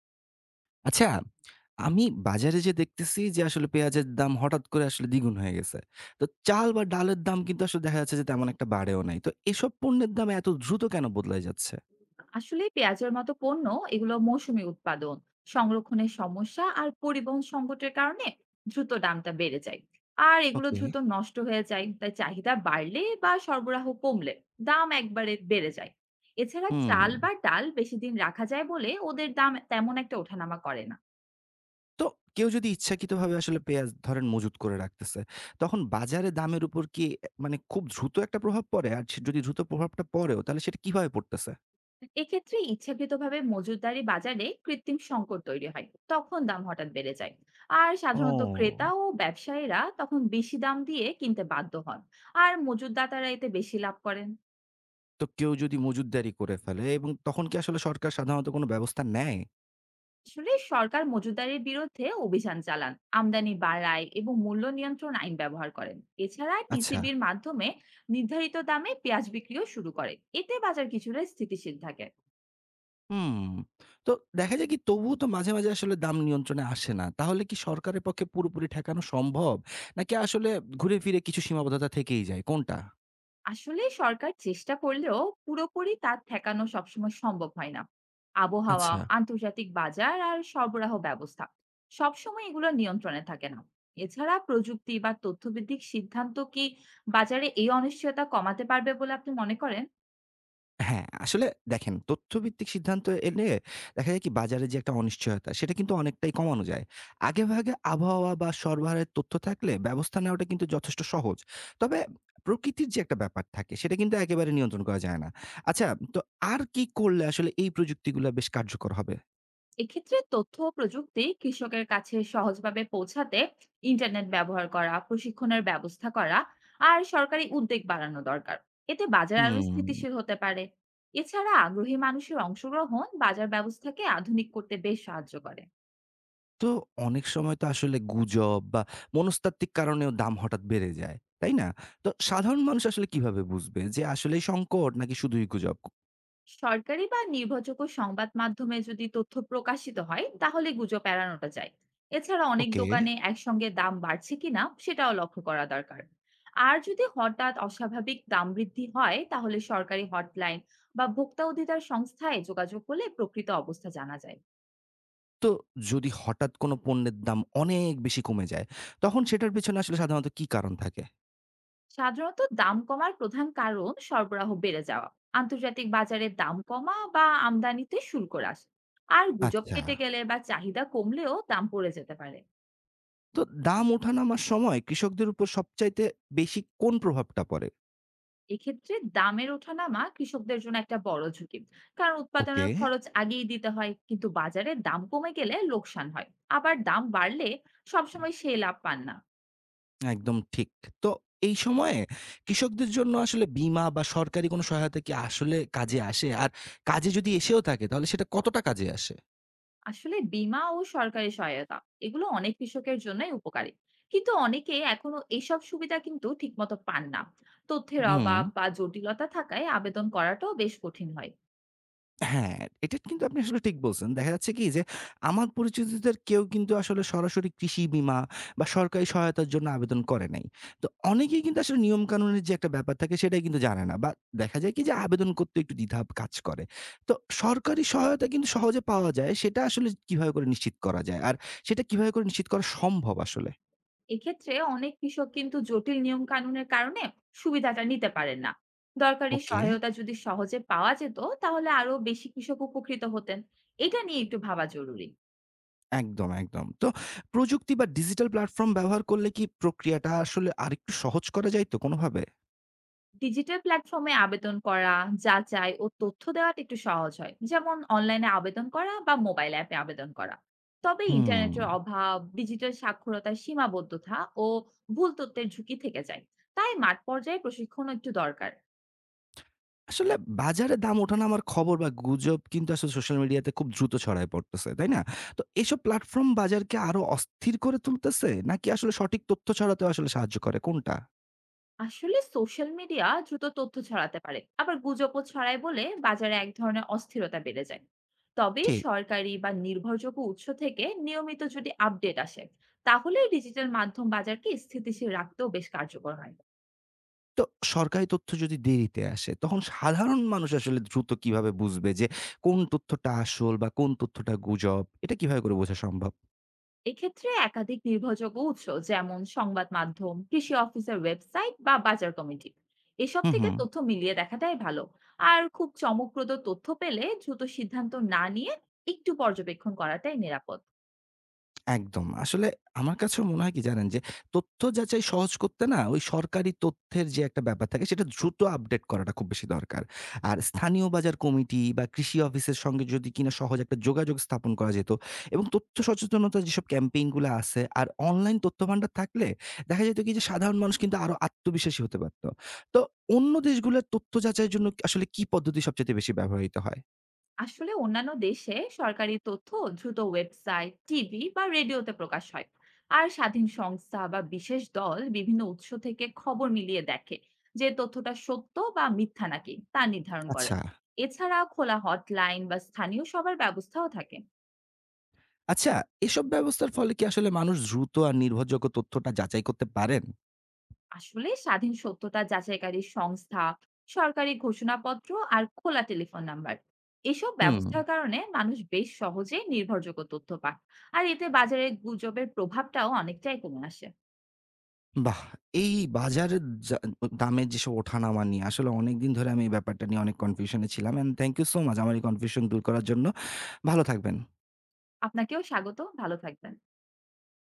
আচ্ছা, আমি বাজারে যেয়ে দেখতেছি যে আসলে পেঁয়াজের দাম হঠাৎ করে আসলে দ্বিগুণ হয়ে গেছে। তো চাল বা ডালের দাম কিন্তু আসলে দেখা যাচ্ছে যে তেমন একটা বাড়েও নাই। তো এসব পণ্যের দাম এত দ্রুত কেন বদলায় যাচ্ছে? আসলে পেঁয়াজের মতো পণ্য এগুলো মৌসুমী উৎপাদন, সংরক্ষণের সমস্যা আর পরিবহন সংকটের কারণে দ্রুত দামটা বেড়ে যায়। আর এগুলো ওকে। দ্রুত নষ্ট হয়ে যায়, তাই চাহিদা বাড়লে বা সরবরাহ কমলে দাম একবারে বেড়ে যায়। এছাড়া হুম, চাল বা ডাল বেশি দিন রাখা যায় বলে ওদের দাম তেমন একটা ওঠানামা করে না। তো কেউ যদি ইচ্ছাকৃতভাবে আসলে পেঁয়াজ ধরেন মজুত করে রাখতেছে, তখন বাজারে দামের উপর কি এ মানে খুব দ্রুত একটা প্রভাব পড়ে? আর সে যদি দ্রুত প্রভাবটা পড়েও তাহলে সেটা কিভাবে পড়তেছে? এক্ষেত্রে ইচ্ছাকৃতভাবে মজুতদারি বাজারে কৃত্রিম সংকট তৈরি হয়, তখন দাম হঠাৎ বেড়ে যায়। আর সাধারণত ক্রেতা ও! ও ব্যবসায়ীরা তখন বেশি দাম দিয়ে কিনতে বাধ্য হন, আর মজুতদাতারা এতে বেশি লাভ করেন। তো কেউ যদি মজুতদারি করে ফেলে এবং তখন কি আসলে সরকার সাধারণত কোনো ব্যবস্থা নেয়? আসলে সরকার মজুতদারির বিরুদ্ধে অভিযান চালান, আমদানি বাড়ায় এবং মূল্য নিয়ন্ত্রণ আইন ব্যবহার করেন। এছাড়া আচ্ছা। টিসিবির মাধ্যমে নির্ধারিত দামে পেঁয়াজ বিক্রিও শুরু করে, এতে বাজার কিছুটা স্থিতিশীল থাকে। হুম। তো দেখা যায় কি তবুও তো মাঝে মাঝে আসলে দাম নিয়ন্ত্রণে আসে না। তাহলে কি সরকারের পক্ষে পুরোপুরি ঠেকানো সম্ভব? নাকি আসলে ঘুরে ফিরে কিছু সীমাবদ্ধতা থেকেই যায় কোনটা? আসলে সরকার চেষ্টা করলেও পুরোপুরি তা ঠেকানো সবসময় সম্ভব হয় না। আবহাওয়া, আচ্ছা। আন্তর্জাতিক বাজার আর সরবরাহ ব্যবস্থা সবসময় এগুলো নিয়ন্ত্রণে থাকে না। এছাড়া প্রযুক্তি বা তথ্যভিত্তিক সিদ্ধান্ত কি বাজারে এই অনিশ্চয়তা কমাতে পারবে বলে আপনি মনে করেন? হ্যাঁ, আসলে দেখেন তথ্যভিত্তিক সিদ্ধান্ত এলে দেখা যায় কি বাজারে যে একটা অনিশ্চয়তা সেটা কিন্তু অনেকটাই কমানো যায়। আগেভাগে আবহাওয়া বা সরবরাহের তথ্য থাকলে ব্যবস্থা নেওয়াটা কিন্তু যথেষ্ট সহজ। তবে প্রকৃতির যে একটা ব্যাপার থাকে সেটা কিন্তু একেবারে নিয়ন্ত্রণ করা যায় না। আচ্ছা, তো আর কি করলে আসলে এই প্রযুক্তিগুলা বেশ কার্যকর হবে? এক্ষেত্রে তথ্য ও প্রযুক্তি কৃষকের কাছে সহজভাবে পৌঁছাতে ইন্টারনেট ব্যবহার করা, প্রশিক্ষণের ব্যবস্থা করা আর সরকারি উদ্যোগ বাড়ানো দরকার। এতে বাজার আরো হুম, স্থিতিশীল হতে পারে। এছাড়া আগ্রহী মানুষের অংশগ্রহণ বাজার ব্যবস্থাকে আধুনিক করতে বেশ সাহায্য করে। তো অনেক সময় তো আসলে গুজব বা মনস্তাত্ত্বিক কারণেও দাম হঠাৎ বেড়ে যায়, তাই না? তো সাধারণ মানুষ আসলে কিভাবে বুঝবে যে আসলেই সংকট নাকি শুধুই গুজব? সরকারি বা নির্ভরযোগ্য সংবাদ মাধ্যমে যদি তথ্য প্রকাশিত হয় তাহলে গুজব এড়ানোটা যায়। এছাড়া অনেক ওকে। দোকানে একসঙ্গে দাম বাড়ছে কিনা সেটাও লক্ষ্য করা দরকার। আর যদি হঠাৎ অস্বাভাবিক দাম বৃদ্ধি হয় তাহলে সরকারি হটলাইন বা ভোক্তা অধিকার সংস্থায় যোগাযোগ করলে প্রকৃত অবস্থা জানা যায়। তো যদি হঠাৎ কোনো পণ্যের দাম অনেক বেশি কমে যায়, তখন সেটার পেছনে আসলে সাধারণত কি কারণ থাকে? সাধারণত দাম কমার প্রধান কারণ সরবরাহ বেড়ে যাওয়া, আন্তর্জাতিক বাজারে দাম কমা বা আমদানিতে শুল্ক হ্রাস। আর গুজব আচ্ছা, কেটে গেলে বা চাহিদা কমলেও দাম পড়ে যেতে পারে। তো দাম ওঠানামার সময় কৃষকদের উপর সবচাইতে বেশি কোন প্রভাবটা পড়ে? এক্ষেত্রে দামের ওঠানামা কৃষকদের জন্য একটা বড় ঝুঁকি, কারণ ওকে। উৎপাদনের খরচ আগেই দিতে হয় কিন্তু বাজারে দাম কমে গেলে লোকসান হয়। আবার দাম বাড়লে সবসময় সেই লাভ পান না। একদম ঠিক। তো এই সময়ে কৃষকদের জন্য আসলে বীমা বা সরকারি কোনো সহায়তা কি আসলে কাজে আসে? আর কাজে যদি এসেও থাকে তাহলে সেটা কতটা কাজে আসে? আসলে বীমা ও সরকারি সহায়তা এগুলো অনেক কৃষকের জন্যই উপকারী, কিন্তু অনেকে এখনো এসব সুবিধা কিন্তু ঠিকমতো পান না। তথ্যের হুম। অভাব বা জটিলতা থাকায় আবেদন করাটাও বেশ কঠিন হয়। হ্যাঁ, এটা কিন্তু আপনি আসলে ঠিক বলছেন। দেখা যাচ্ছে কি যে, আমার পরিচিতদের কেউ কিন্তু আসলে সরাসরি কৃষি বীমা বা সরকারি সহায়তার জন্য আবেদন করে নাই। তো অনেকেই কিন্তু আসলে নিয়মকানুনের যে একটা ব্যাপার থাকে সেটাই কিন্তু জানে না বা দেখা যায় কি যে আবেদন করতে একটু দ্বিধা কাজ করে। তো সরকারি সহায়তা কিন্তু সহজে পাওয়া যায় সেটা আসলে কিভাবে করে নিশ্চিত করা যায়? আর সেটা কিভাবে করে নিশ্চিত করা সম্ভব আসলে? এক্ষেত্রে অনেক কৃষক কিন্তু জটিল নিয়ম কানুনের কারণে সুবিধাটা নিতে পারেন না। দরকারি ওকে। সহায়তা যদি সহজে পাওয়া যেত তাহলে আরো বেশি কৃষক উপকৃত হতেন। এটা নিয়ে একটু ভাবা জরুরি। একদম। তো প্রযুক্তি বা ডিজিটাল প্ল্যাটফর্ম ব্যবহার করলে কি প্রক্রিয়াটা আসলে আরেকটু সহজ করা যায় তো কোনোভাবে? ডিজিটাল প্ল্যাটফর্মে আবেদন করা, যাচাই ও তথ্য দেওয়াটা একটু সহজ হয়, যেমন অনলাইনে আবেদন করা বা মোবাইল অ্যাপে আবেদন করা। তবে হুম। ইন্টারনেটের অভাব, ডিজিটাল সাক্ষরতার সীমাবদ্ধতা ও ভুল তথ্যের ঝুঁকি থেকে যায়। তাই মাঠ পর্যায়ে প্রশিক্ষণ একটু দরকার। আসলে বাজারে দাম ওঠানামার খবর বা গুজব কিন্তু আসলে সোশ্যাল মিডিয়াতে খুব দ্রুত ছড়ায় পড়তেছে, তাই না? তো এসব প্ল্যাটফর্ম বাজারকে আরো অস্থির করে তুলতেছে নাকি আসলে সঠিক তথ্য ছড়াতেও আসলে সাহায্য করে কোনটা? আসলে সোশ্যাল মিডিয়া দ্রুত তথ্য ছড়াতে পারে, আবার গুজবও ছড়ায় বলে বাজারে এক ধরনের অস্থিরতা বেড়ে যায়। তবে ঠিক। সরকারি বা নির্ভরযোগ্য উৎস থেকে নিয়মিত যদি আপডেট আসে তাহলে ডিজিটাল মাধ্যম বাজারকে স্থিতিশীল রাখতেও বেশ কার্যকর হয়। তো সরকারি তথ্য যদি দেরিতে আসে তখন সাধারণ মানুষ আসলে দ্রুত কিভাবে বুঝবে যে কোন তথ্যটা আসল বা কোন তথ্যটা গুজব? এটা কিভাবে করে বোঝা সম্ভব? এক্ষেত্রে একাধিক নির্ভরযোগ্য উৎস, যেমন সংবাদ মাধ্যম, কৃষি অফিসের ওয়েবসাইট বা বাজার কমিটি, এসব হু। থেকে তথ্য মিলিয়ে দেখাটাই ভালো। আর খুব চমকপ্রদ তথ্য পেলে দ্রুত সিদ্ধান্ত না নিয়ে একটু পর্যবেক্ষণ করাটাই নিরাপদ। একদম। আসলে আমার কাছেও মনে হয় কি জানেন? যে তথ্য যাচাই সহজ করতে না ওই সরকারি তথ্যের যে একটা ব্যাপার থাকে সেটা দ্রুত আপডেট করাটা খুব বেশি দরকার। আর স্থানীয় বাজার কমিটি বা কৃষি অফিসের সঙ্গে যদি কিনা সহজ একটা যোগাযোগ স্থাপন করা যেত এবং তথ্য সচেতনতার যেসব ক্যাম্পেইন গুলা আছে আর অনলাইন তথ্য ভান্ডার থাকলে দেখা যেত কি যে সাধারণ মানুষ কিন্তু আরো আত্মবিশ্বাসী হতে পারত। তো অন্য দেশগুলোর তথ্য যাচাইয়ের জন্য আসলে কি পদ্ধতি সবচাইতে বেশি ব্যবহৃত হয়? আসলে অন্যান্য দেশে সরকারি তথ্য দ্রুত ওয়েবসাইট, টিভি বা রেডিওতে প্রকাশ হয়। আর স্বাধীন সংস্থা বা বিশেষ দল বিভিন্ন উৎস থেকে খবর মিলিয়ে দেখে যে তথ্যটা সত্য বা মিথ্যা নাকি তা নির্ধারণ করেন। আচ্ছা। এছাড়া খোলা হটলাইন বা স্থানীয় সবার ব্যবস্থাও থাকে। আচ্ছা, এসব ব্যবস্থার ফলে কি আসলে মানুষ দ্রুত আর নির্ভরযোগ্য তথ্যটা যাচাই করতে পারেন? আসলে স্বাধীন সত্যতা যাচাইকারী সংস্থা, সরকারি ঘোষণাপত্র আর খোলা টেলিফোন নাম্বার, এসব হুম, ব্যবস্থার কারণে মানুষ বেশ সহজেই নির্ভরযোগ্য তথ্য পায়। আর এতে বাজারে গুজবের প্রভাবটাও অনেকটাই কমে আসে। বাহ! এই বাজারের যা দামের যেসব ওঠানামা নিয়ে আসলে অনেকদিন ধরে আমি এই ব্যাপারটা নিয়ে অনেক কনফিউশন এ ছিলাম। And thank you so much আমার এই কনফিউশন দূর করার জন্য। ভালো থাকবেন। আপনাকেও স্বাগত, ভালো থাকবেন।